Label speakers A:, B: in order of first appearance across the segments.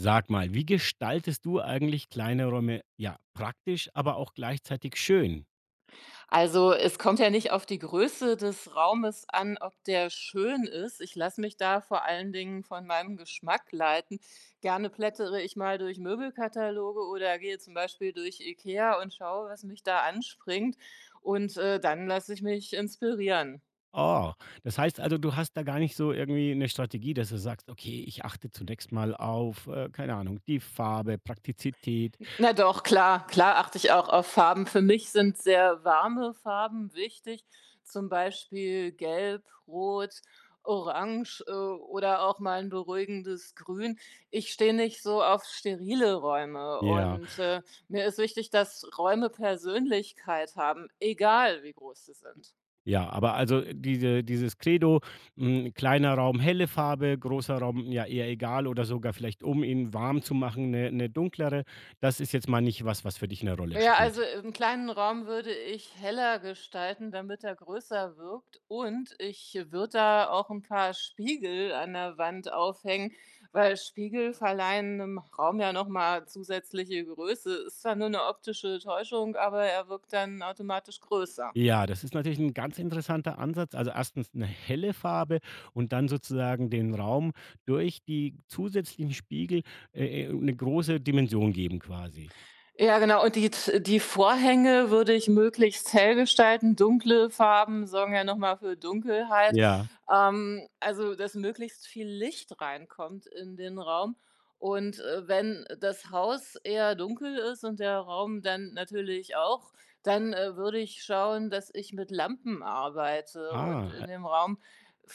A: Sag mal, wie gestaltest du eigentlich kleine Räume, ja, praktisch, aber auch gleichzeitig schön?
B: Also, es kommt ja nicht auf die Größe des Raumes an, ob der schön ist. Ich lasse mich da vor allen Dingen von meinem Geschmack leiten. Gerne plättere ich mal durch Möbelkataloge oder gehe zum Beispiel durch IKEA und schaue, was mich da anspringt. Und dann lasse ich mich inspirieren.
A: Oh, das heißt also, du hast da gar nicht so irgendwie eine Strategie, dass du sagst: „Okay, ich achte zunächst mal auf, keine Ahnung, die Farbe, Praktizität.“
B: Na doch, klar, klar achte ich auch auf Farben. Für mich sind sehr warme Farben wichtig, zum Beispiel Gelb, Rot, Orange oder auch mal ein beruhigendes Grün. Ich stehe nicht so auf sterile Räume
A: Ja.
B: und mir ist wichtig, dass Räume Persönlichkeit haben, egal wie groß sie sind.
A: Ja, aber also dieses Credo, hm, kleiner Raum, helle Farbe, großer Raum, ja, eher egal oder sogar vielleicht, um ihn warm zu machen, eine 'ne 'ne dunklere. Das ist jetzt mal nicht was, was für dich eine Rolle
B: Ja, also
A: spielt?
B: im kleinen Raum würde ich heller gestalten, damit er größer wirkt. Und ich würde da auch ein paar Spiegel an der Wand aufhängen, weil Spiegel verleihen einem Raum ja nochmal zusätzliche Größe. Ist zwar nur eine optische Täuschung, aber er wirkt dann automatisch größer.
A: Ja, das ist natürlich ein ganz interessanter Ansatz. Also, erstens eine helle Farbe und dann sozusagen den Raum durch die zusätzlichen Spiegel 'ne große Dimension geben quasi.
B: Ja, genau. Und die Vorhänge würde ich möglichst hell gestalten. Dunkle Farben sorgen ja nochmal für Dunkelheit.
A: Ja.
B: Also, dass möglichst viel Licht reinkommt in den Raum. Wenn das Haus eher dunkel ist und der Raum dann natürlich auch, würde ich schauen, dass ich mit Lampen arbeite und
A: Ah,
B: in
A: äh,
B: dem Raum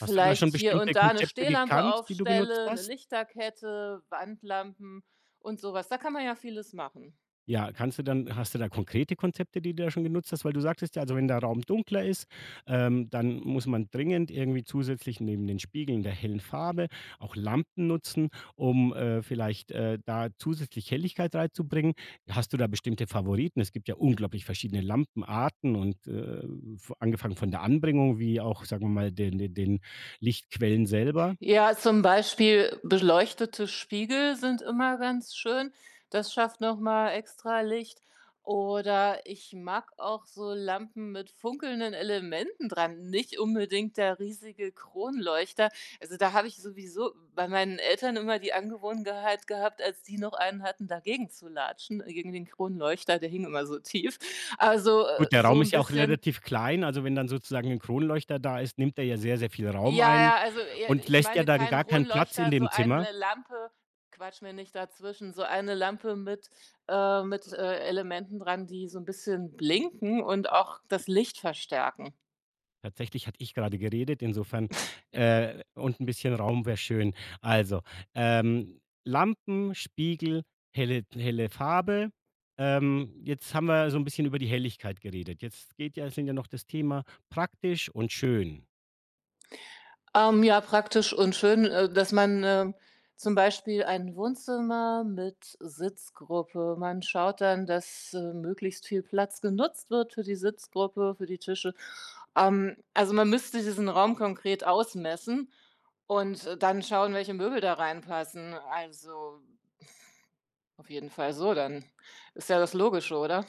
A: Hast du da schon
B: hier
A: bestimmte
B: und da eine
A: Konzepte
B: Stehlampe
A: gekannt, die du genutzt
B: aufstelle, eine
A: hast?
B: Lichterkette, Wandlampen und sowas. Da kann man ja vieles machen.
A: Ja, kannst du dann hast du da konkrete Konzepte, die du da schon genutzt hast? Weil du sagtest ja, also wenn der Raum dunkler ist, dann muss man dringend irgendwie zusätzlich neben den Spiegeln der hellen Farbe auch Lampen nutzen, um, vielleicht, da zusätzlich Helligkeit reinzubringen. Hast du da bestimmte Favoriten? Es gibt ja unglaublich verschiedene Lampenarten und, v angefangen von der Anbringung wie auch, sagen wir mal, den Lichtquellen selber.
B: Ja, zum Beispiel beleuchtete Spiegel sind immer ganz schön. Das schafft noch mal extra Licht. Oder ich mag auch so Lampen mit funkelnden Elementen dran, nicht unbedingt der riesige Kronleuchter. Also da habe ich sowieso bei meinen Eltern immer die Angewohnheit gehabt, als die noch einen hatten, dagegen zu latschen, gegen den Kronleuchter, der hing immer so tief.
A: Gut, der Raum
B: So ein
A: ist ja auch
B: bisschen
A: relativ klein, also wenn dann sozusagen 'n Kronleuchter da ist, nimmt er ja sehr, sehr viel Raum
B: ja,
A: ein
B: ja,
A: und
B: ich
A: lässt ja
B: meine
A: dann
B: keinen
A: gar keinen Platz in
B: Kronleuchter, so
A: dem Zimmer.
B: eine Lampe, quatsch mir nicht dazwischen, so eine Lampe mit Elementen dran, die so ein bisschen blinken und auch das Licht verstärken.
A: Tatsächlich hatte ich gerade geredet, insofern, und 'n bisschen Raum wäre schön. Also, Lampen, Spiegel, helle Farbe. Jetzt haben wir so 'n bisschen über die Helligkeit geredet. Jetzt geht ja Sind ja noch das Thema praktisch und schön.
B: Ja, praktisch und schön, dass man, zum Beispiel ein Wohnzimmer mit Sitzgruppe, man schaut dann, dass möglichst viel Platz genutzt wird für die Sitzgruppe, für die Tische. Also, man müsste diesen Raum konkret ausmessen und dann schauen, welche Möbel da reinpassen. Also, auf jeden Fall so dann. Ist ja das Logische, oder?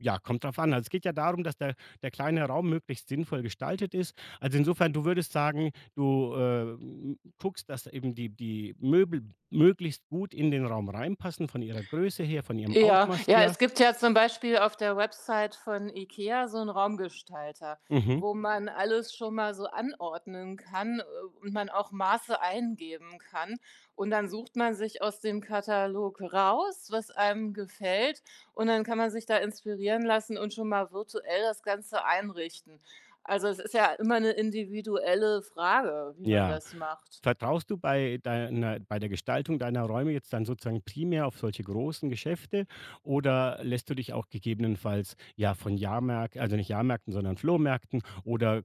A: Ja, kommt drauf an. Also, es geht ja darum, dass der kleine Raum möglichst sinnvoll gestaltet ist. Also, insofern, du würdest sagen, du, guckst, dass eben die Möbel möglichst gut in den Raum reinpassen, von ihrer Größe her, von ihrem
B: Ja,
A: Ausmaß
B: ja,
A: her.
B: es gibt ja zum Beispiel auf der Website von IKEA so einen Raumgestalter,
A: Mhm,
B: wo man alles schon mal so anordnen kann, und man auch Maße eingeben kann. Und dann sucht man sich aus dem Katalog raus, was einem gefällt, und dann kann man sich da inspirieren lassen und schon mal virtuell das Ganze einrichten. Also, es ist ja immer eine individuelle Frage, wie man
A: ja.
B: das macht.
A: Vertraust du bei deiner bei der Gestaltung deiner Räume jetzt dann sozusagen primär auf solche großen Geschäfte oder lässt du dich auch gegebenenfalls, ja, von Jahrmärk also, nicht Jahrmärkten, sondern Flohmärkten oder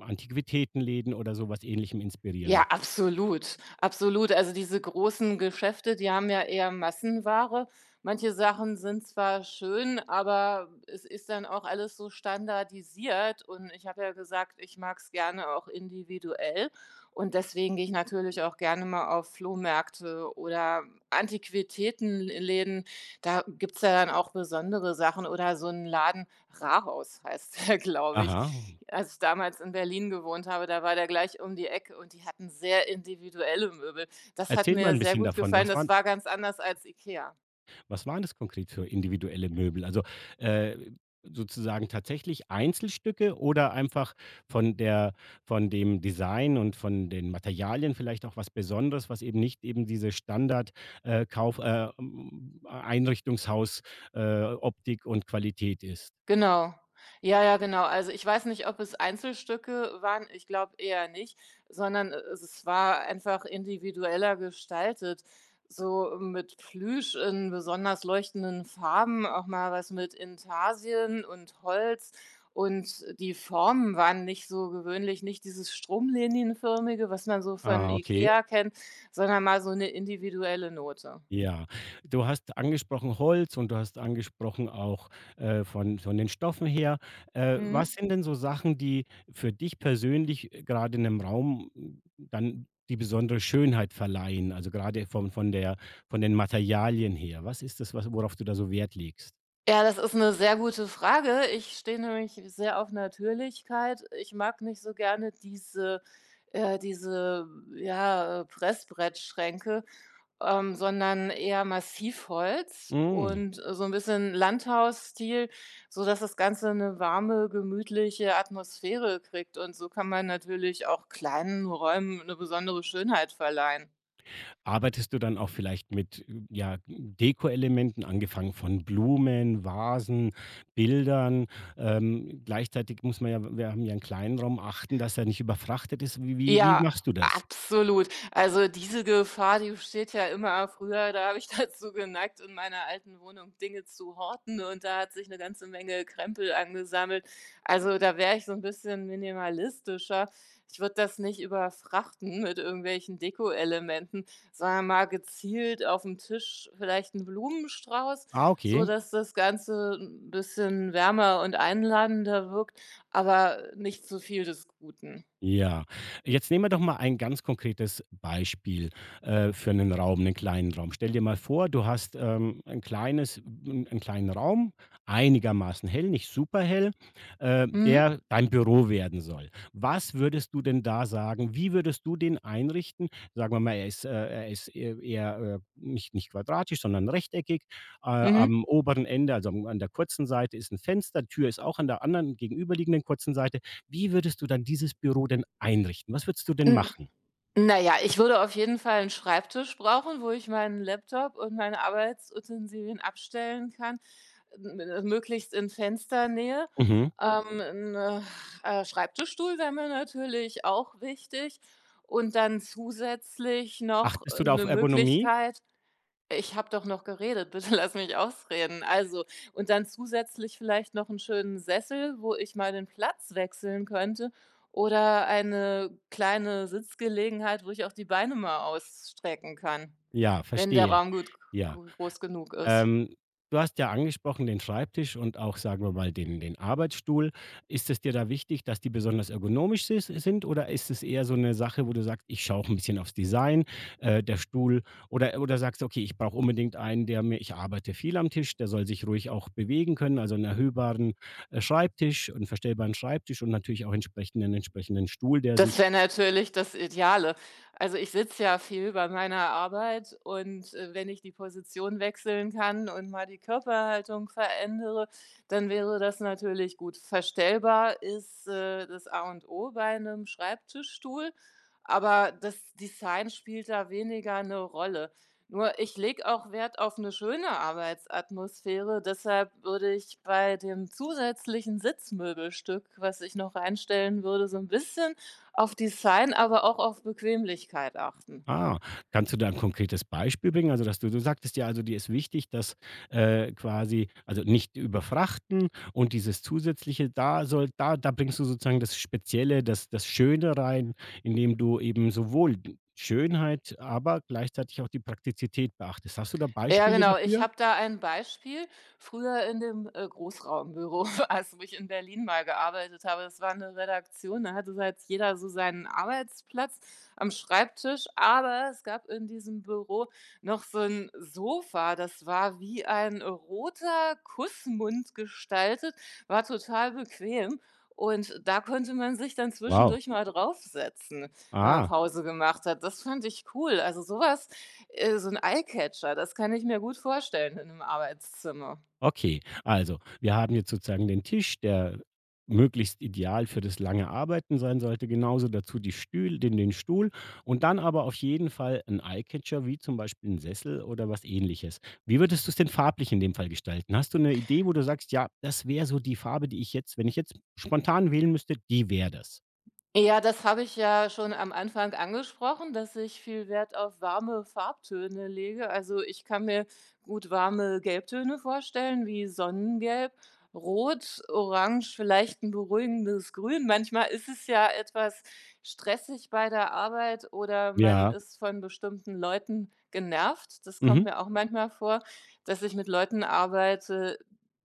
A: Antiquitätenläden oder sowas Ähnlichem
B: Ja,
A: inspirieren?
B: absolut, absolut. Also, diese großen Geschäfte, die haben ja eher Massenware. Manche Sachen sind zwar schön, aber es ist dann auch alles so standardisiert und ich habe ja gesagt, ich mag's gerne auch individuell und deswegen gehe ich natürlich auch gerne mal auf Flohmärkte oder Antiquitätenläden. Da gibt's ja dann auch besondere Sachen oder so einen Laden, Rahaus heißt der, glaube ich.
A: Aha.
B: Als ich damals in Berlin gewohnt habe, da war der gleich um die Ecke und die hatten sehr individuelle Möbel. Das hat
A: Erzähl mal
B: mir
A: ein
B: sehr
A: bisschen
B: gut
A: davon.
B: gefallen. Das war ganz anders als IKEA.
A: Was waren das konkret für individuelle Möbel? Also, äh, sozusagen tatsächlich Einzelstücke oder einfach von der von dem Design und von den Materialien vielleicht auch was Besonderes, was nicht eben diese Standard Kauf Einrichtungshaus Optik und Qualität ist?
B: Genau. Ja, ja, genau. Also, ich weiß nicht, ob es Einzelstücke waren, ich glaube eher nicht, sondern es war einfach individueller gestaltet, so mit Plüsch in besonders leuchtenden Farben, auch mal was mit Intarsien und Holz und die Formen waren nicht so gewöhnlich, nicht dieses stromlinienförmige, was man so von
A: Ah, okay.
B: IKEA kennt, sondern mal so eine individuelle Note.
A: Ja, du hast angesprochen Holz und du hast angesprochen auch, von den Stoffen her.
B: Mhm.
A: Was sind denn so Sachen, die für dich persönlich gerade in 'nem Raum, hm, dann die besondere Schönheit verleihen? Also, gerade von der von den Materialien her. Was ist das, was worauf du da so Wert legst?
B: Ja, das ist 'ne sehr gute Frage. Ich stehe nämlich sehr auf Natürlichkeit. Ich mag nicht so gerne diese äh, diese, ja, Pressbrettschränke, sondern eher Massivholz
A: Mhm.
B: und so 'n bisschen Landhausstil, sodass das Ganze 'ne warme, gemütliche Atmosphäre kriegt. Und so kann man natürlich auch kleinen Räumen 'ne besondere Schönheit verleihen.
A: Arbeitest du dann auch vielleicht mit, ja, Dekoelementen, angefangen von Blumen, Vasen, Bildern? Gleichzeitig muss man ja — wir haben ja einen kleinen Raum — achten, dass er nicht überfrachtet ist. Wie
B: Ja,
A: machst du das?
B: absolut. Also diese Gefahr, die besteht ja immer. Früher, da habe ich dazu geneigt, in meiner alten Wohnung Dinge zu horten und da hat sich eine ganze Menge Krempel angesammelt. Also, da wäre ich so ein bisschen minimalistischer. Ich würde das nicht überfrachten mit irgendwelchen Dekoelementen, sondern mal gezielt auf dem Tisch vielleicht einen Blumenstrauß,
A: Ah,
B: so
A: okay.
B: dass das Ganze ein bisschen wärmer und einladender wirkt, aber nicht zu viel des Guten.
A: Ja. Jetzt nehmen wir doch mal ein ganz konkretes Beispiel, für einen Raum, einen kleinen Raum. Stell dir mal vor, du hast, ein kleines 'n 'n kleinen Raum, einigermaßen hell, nicht superhell,
B: Mhm.
A: der dein Büro werden soll. Was würdest du denn da sagen? Wie würdest du den einrichten? Sagen wir mal, er ist e eher, nicht quadratisch, sondern rechteckig.
B: Mhm.
A: Am oberen Ende, also, am an der kurzen Seite ist ein Fenster, Tür ist auch an der anderen gegenüberliegenden kurzen Seite. Wie würdest du dann dieses Büro denn einrichten? Was würdest du denn
B: N
A: machen?
B: na ja, ich würde auf jeden Fall 'n Schreibtisch brauchen, wo ich meinen Laptop und meine Arbeitsutensilien abstellen kann, m möglichst in Fensternähe.
A: Mhm.
B: Ähm, 'n, äh, Schreibtischstuhl wäre mir natürlich auch wichtig und dann zusätzlich noch,
A: Achtest du da auf
B: 'ne
A: Ergonomie?
B: Möglichkeit, ich habe doch noch geredet, bitte lass mich ausreden. Also und dann zusätzlich vielleicht noch einen schönen Sessel, wo ich mal den Platz wechseln könnte oder eine kleine Sitzgelegenheit, wo ich auch die Beine mal ausstrecken kann,
A: Ja,
B: wenn der
A: verstehe.
B: Raum gut g
A: Ja.
B: groß genug ist.
A: Ähm, du hast ja angesprochen den Schreibtisch und auch, sagen wir mal, den Arbeitsstuhl. Ist es dir da wichtig, dass die besonders ergonomisch sis sind oder ist es eher so eine Sache, wo du sagst: „Ich schaue auch ein bisschen aufs Design, der Stuhl“ oder sagst „Okay, ich brauche unbedingt einen, der mir — ich arbeite viel am Tisch, der soll sich ruhig auch bewegen können, also einen erhöhbaren, Schreibtisch, 'n verstellbaren Schreibtisch und natürlich auch entsprechend 'nen entsprechenden Stuhl, der
B: Das
A: sich —
B: wäre natürlich das Ideale. Also, ich sitze ja viel bei meiner Arbeit und wenn ich die Position wechseln kann und mal die Körperhaltung verändere, dann wäre das natürlich gut. Verstellbar ist, das A und O bei einem Schreibtischstuhl, aber das Design spielt da weniger eine Rolle. Nur ich lege auch Wert auf eine schöne Arbeitsatmosphäre, deshalb würde ich bei dem zusätzlichen Sitzmöbelstück, was ich noch reinstellen würde, so ein bisschen auf Design, aber auch auf Bequemlichkeit achten.
A: Ah, kannst du da ein konkretes Beispiel bringen? Also, dass du sagtest ja, also, dir ist wichtig, dass, quasi also, nicht überfrachten und dieses Zusätzliche, da soll da da bringst du sozusagen das Spezielle, das Schöne rein, indem du eben sowohl d Schönheit, aber gleichzeitig auch die Praktizität beachtest. Hast du da
B: Ja,
A: Beispiele
B: genau. Ich
A: dafür?
B: habe da ein Beispiel. Früher in dem Großraumbüro, also wo ich in Berlin mal gearbeitet habe, das war eine Redaktion, da hatte so halt jeder so seinen Arbeitsplatz am Schreibtisch, aber es gab in diesem Büro noch so ein Sofa, das war wie ein roter Kussmund gestaltet, war total bequem und da konnte man sich dann
A: Wow.
B: zwischendurch mal draufsetzen, wenn man
A: Ah.
B: Pause gemacht hat. Das fand ich cool. Also, sowas, so 'n Eyecatcher, das kann ich mir gut vorstellen in einem Arbeitszimmer.
A: Okay, also wir haben jetzt sozusagen den Tisch, der möglichst ideal für das lange Arbeiten sein sollte, genauso dazu den Stuhl und dann aber auf jeden Fall ein Eyecatcher, wie zum Beispiel ein Sessel oder was Ähnliches. Wie würdest du es denn farblich in dem Fall gestalten? Hast du eine Idee, wo du sagst, ja, das wäre so die Farbe, die ich jetzt, wenn ich jetzt spontan wählen müsste, die wäre das?
B: Ja, das habe ich ja schon am Anfang angesprochen, dass ich viel Wert auf warme Farbtöne lege. Also ich kann mir gut warme Gelbtöne vorstellen, wie Sonnengelb, Rot, Orange, vielleicht ein beruhigendes Grün. Manchmal ist es ja etwas stressig bei der Arbeit oder man
A: Ja,
B: ist von bestimmten Leuten genervt. Das kommt
A: mhm.
B: mir auch manchmal vor, dass ich mit Leuten arbeite,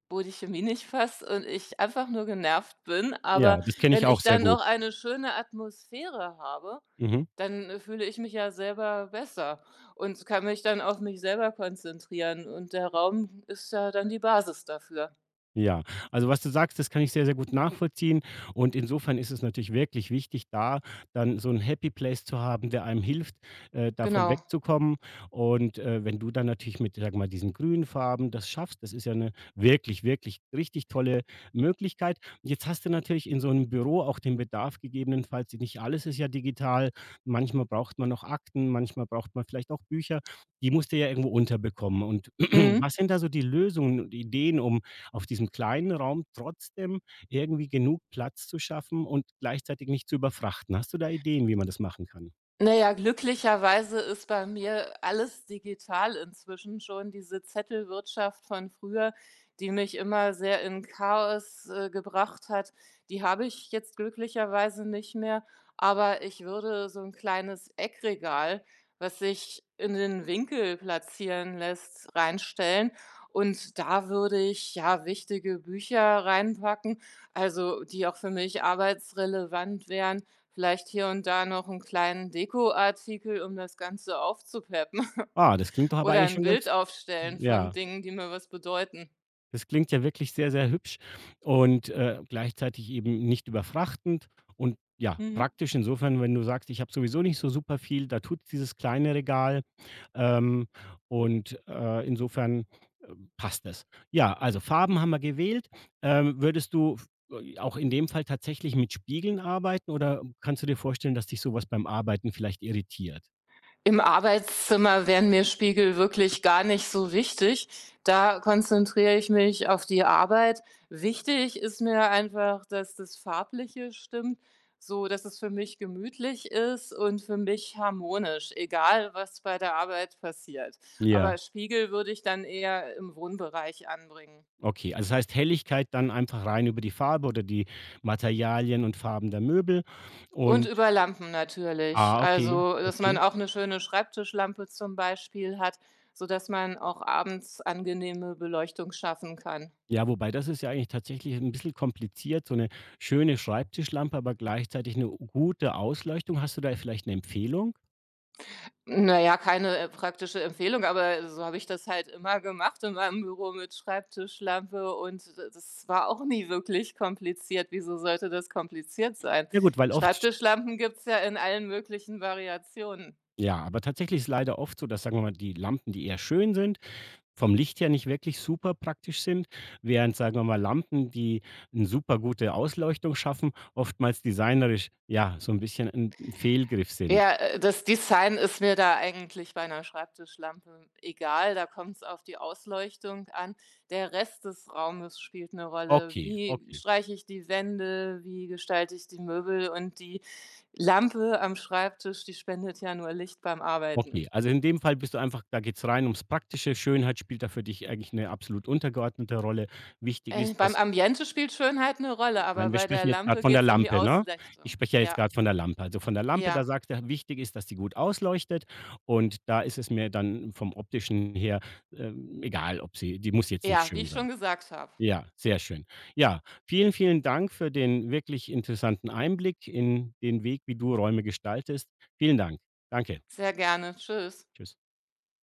B: wo die Chemie nicht passt und ich einfach nur genervt bin,
A: Ja,
B: aber
A: das kenne
B: wenn
A: ich auch
B: ich
A: sehr
B: dann
A: gut.
B: noch eine schöne Atmosphäre habe,
A: Mhm.
B: dann fühle ich mich ja selber besser und kann mich dann auf mich selber konzentrieren und der Raum ist ja dann die Basis dafür.
A: Ja, also was du sagst, das kann ich sehr, sehr gut nachvollziehen. Und insofern ist es natürlich wirklich wichtig, da dann so ein Happy Place zu haben, der einem hilft, davon
B: Genau.
A: wegzukommen. Und, wenn du dann natürlich mit, sag mal, diesen grünen Farben das schaffst, das ist ja eine wirklich, wirklich richtig tolle Möglichkeit. Jetzt hast du natürlich in so einem Büro auch den Bedarf gegebenenfalls — nicht alles ist ja digital. Manchmal braucht man noch Akten, manchmal braucht man vielleicht auch Bücher. Die musst du ja irgendwo unterbekommen. Und
B: Mhm.
A: was sind da so die Lösungen und Ideen, um auf diesem kleinen Raum trotzdem irgendwie genug Platz zu schaffen und gleichzeitig nicht zu überfrachten. Hast du da Ideen, wie man das machen kann?
B: Na ja, glücklicherweise ist bei mir alles digital inzwischen schon. Diese Zettelwirtschaft von früher, die mich immer sehr in Chaos gebracht hat, die habe ich jetzt glücklicherweise nicht mehr. Aber ich würde so ein kleines Eckregal, was sich in den Winkel platzieren lässt, reinstellen. Und da würde ich, ja, wichtige Bücher reinpacken, also die auch für mich arbeitsrelevant wären. Vielleicht hier und da noch einen kleinen Dekoartikel, um das Ganze aufzupeppen,
A: Ah, das klingt doch aber
B: oder
A: eigentlich
B: ein
A: schon ganz
B: Bild aufstellen von
A: ja.
B: Dingen, die mir was bedeuten.
A: Das klingt ja wirklich sehr, sehr hübsch und, gleichzeitig eben nicht überfrachtend und ja,
B: Mhm.
A: praktisch insofern, wenn du sagst: „Ich habe sowieso nicht so super viel, da tut dieses kleine Regal.“ Ähm, und, insofern, passt es. Ja, also Farben haben wir gewählt. Würdest du f auch in dem Fall tatsächlich mit Spiegeln arbeiten oder kannst du dir vorstellen, dass dich sowas beim Arbeiten vielleicht irritiert?
B: Im Arbeitszimmer wären mir Spiegel wirklich gar nicht so wichtig. Da konzentriere ich mich auf die Arbeit. Wichtig ist mir einfach, dass das Farbliche stimmt, so dass es für mich gemütlich ist und für mich harmonisch, egal was bei der Arbeit passiert. Aber
A: Ja,
B: Spiegel würde ich dann eher im Wohnbereich anbringen.
A: okay. Also, das heißt Helligkeit dann einfach rein über die Farbe oder die Materialien und Farben der Möbel
B: Und
A: und —
B: über Lampen natürlich.
A: ah, okay,
B: Also, dass man
A: okay.
B: auch 'ne schöne Schreibtischlampe zum Beispiel hat, sodass man auch abends angenehme Beleuchtung schaffen kann.
A: Ja, wobei das ist ja eigentlich tatsächlich ein bisschen kompliziert, so eine schöne Schreibtischlampe, aber gleichzeitig eine gute Ausleuchtung. Hast du da vielleicht eine Empfehlung?
B: Na ja, keine, praktische Empfehlung, aber so habe ich das halt immer gemacht in meinem Büro mit Schreibtischlampe und d das war auch nie wirklich kompliziert. Wieso sollte das kompliziert sein?
A: Ja gut, weil oft —
B: Schreibtischlampen gibt's ja in allen möglichen Variationen.
A: ja, aber tatsächlich ist leider oft so, dass, sagen wir mal, die Lampen, die eher schön sind vom Licht her nicht wirklich super praktisch sind, während, sagen wir mal, Lampen, die 'n super gute Ausleuchtung schaffen, oftmals designerisch, ja, so 'n bisschen 'n Fehlgriff sind.
B: Ja, das Design ist mir da eigentlich bei 'ner Schreibtischlampe egal, da kommt's auf die Ausleuchtung an. Der Rest des Raumes spielt 'ne Rolle.
A: Okay,
B: Wie
A: okay,
B: streiche ich die Wände, wie gestalte ich die Möbel und die Lampe am Schreibtisch, die spendet ja nur Licht beim Arbeiten.
A: okay. Also, in dem Fall bist du einfach — da geht's rein ums Praktische. Schönheit spielt da für dich eigentlich 'ne absolut untergeordnete Rolle. Wichtig ist,
B: Beim
A: dass —
B: Ambiente spielt Schönheit 'ne Rolle, aber
A: Nein, wir
B: bei der
A: sprechen jetzt gerade
B: Lampe
A: von der
B: geht's um die
A: Lampe, ne? Ich
B: Ausleuchtung.
A: spreche ja jetzt
B: Ja,
A: gerade von der Lampe. Also, von der Lampe,
B: ja,
A: da sagt er, wichtig ist, dass die gut ausleuchtet und da ist es mir dann vom Optischen her, egal, ob sie — die muss jetzt nicht
B: ja, wie
A: schön
B: ich schon
A: sein.
B: gesagt habe.
A: Ja, sehr schön. Ja, vielen, vielen Dank für den wirklich interessanten Einblick in den Weg, wie du Räume gestaltest. Vielen Dank. Danke.
B: Sehr gerne. Tschüss.
A: Tschüss.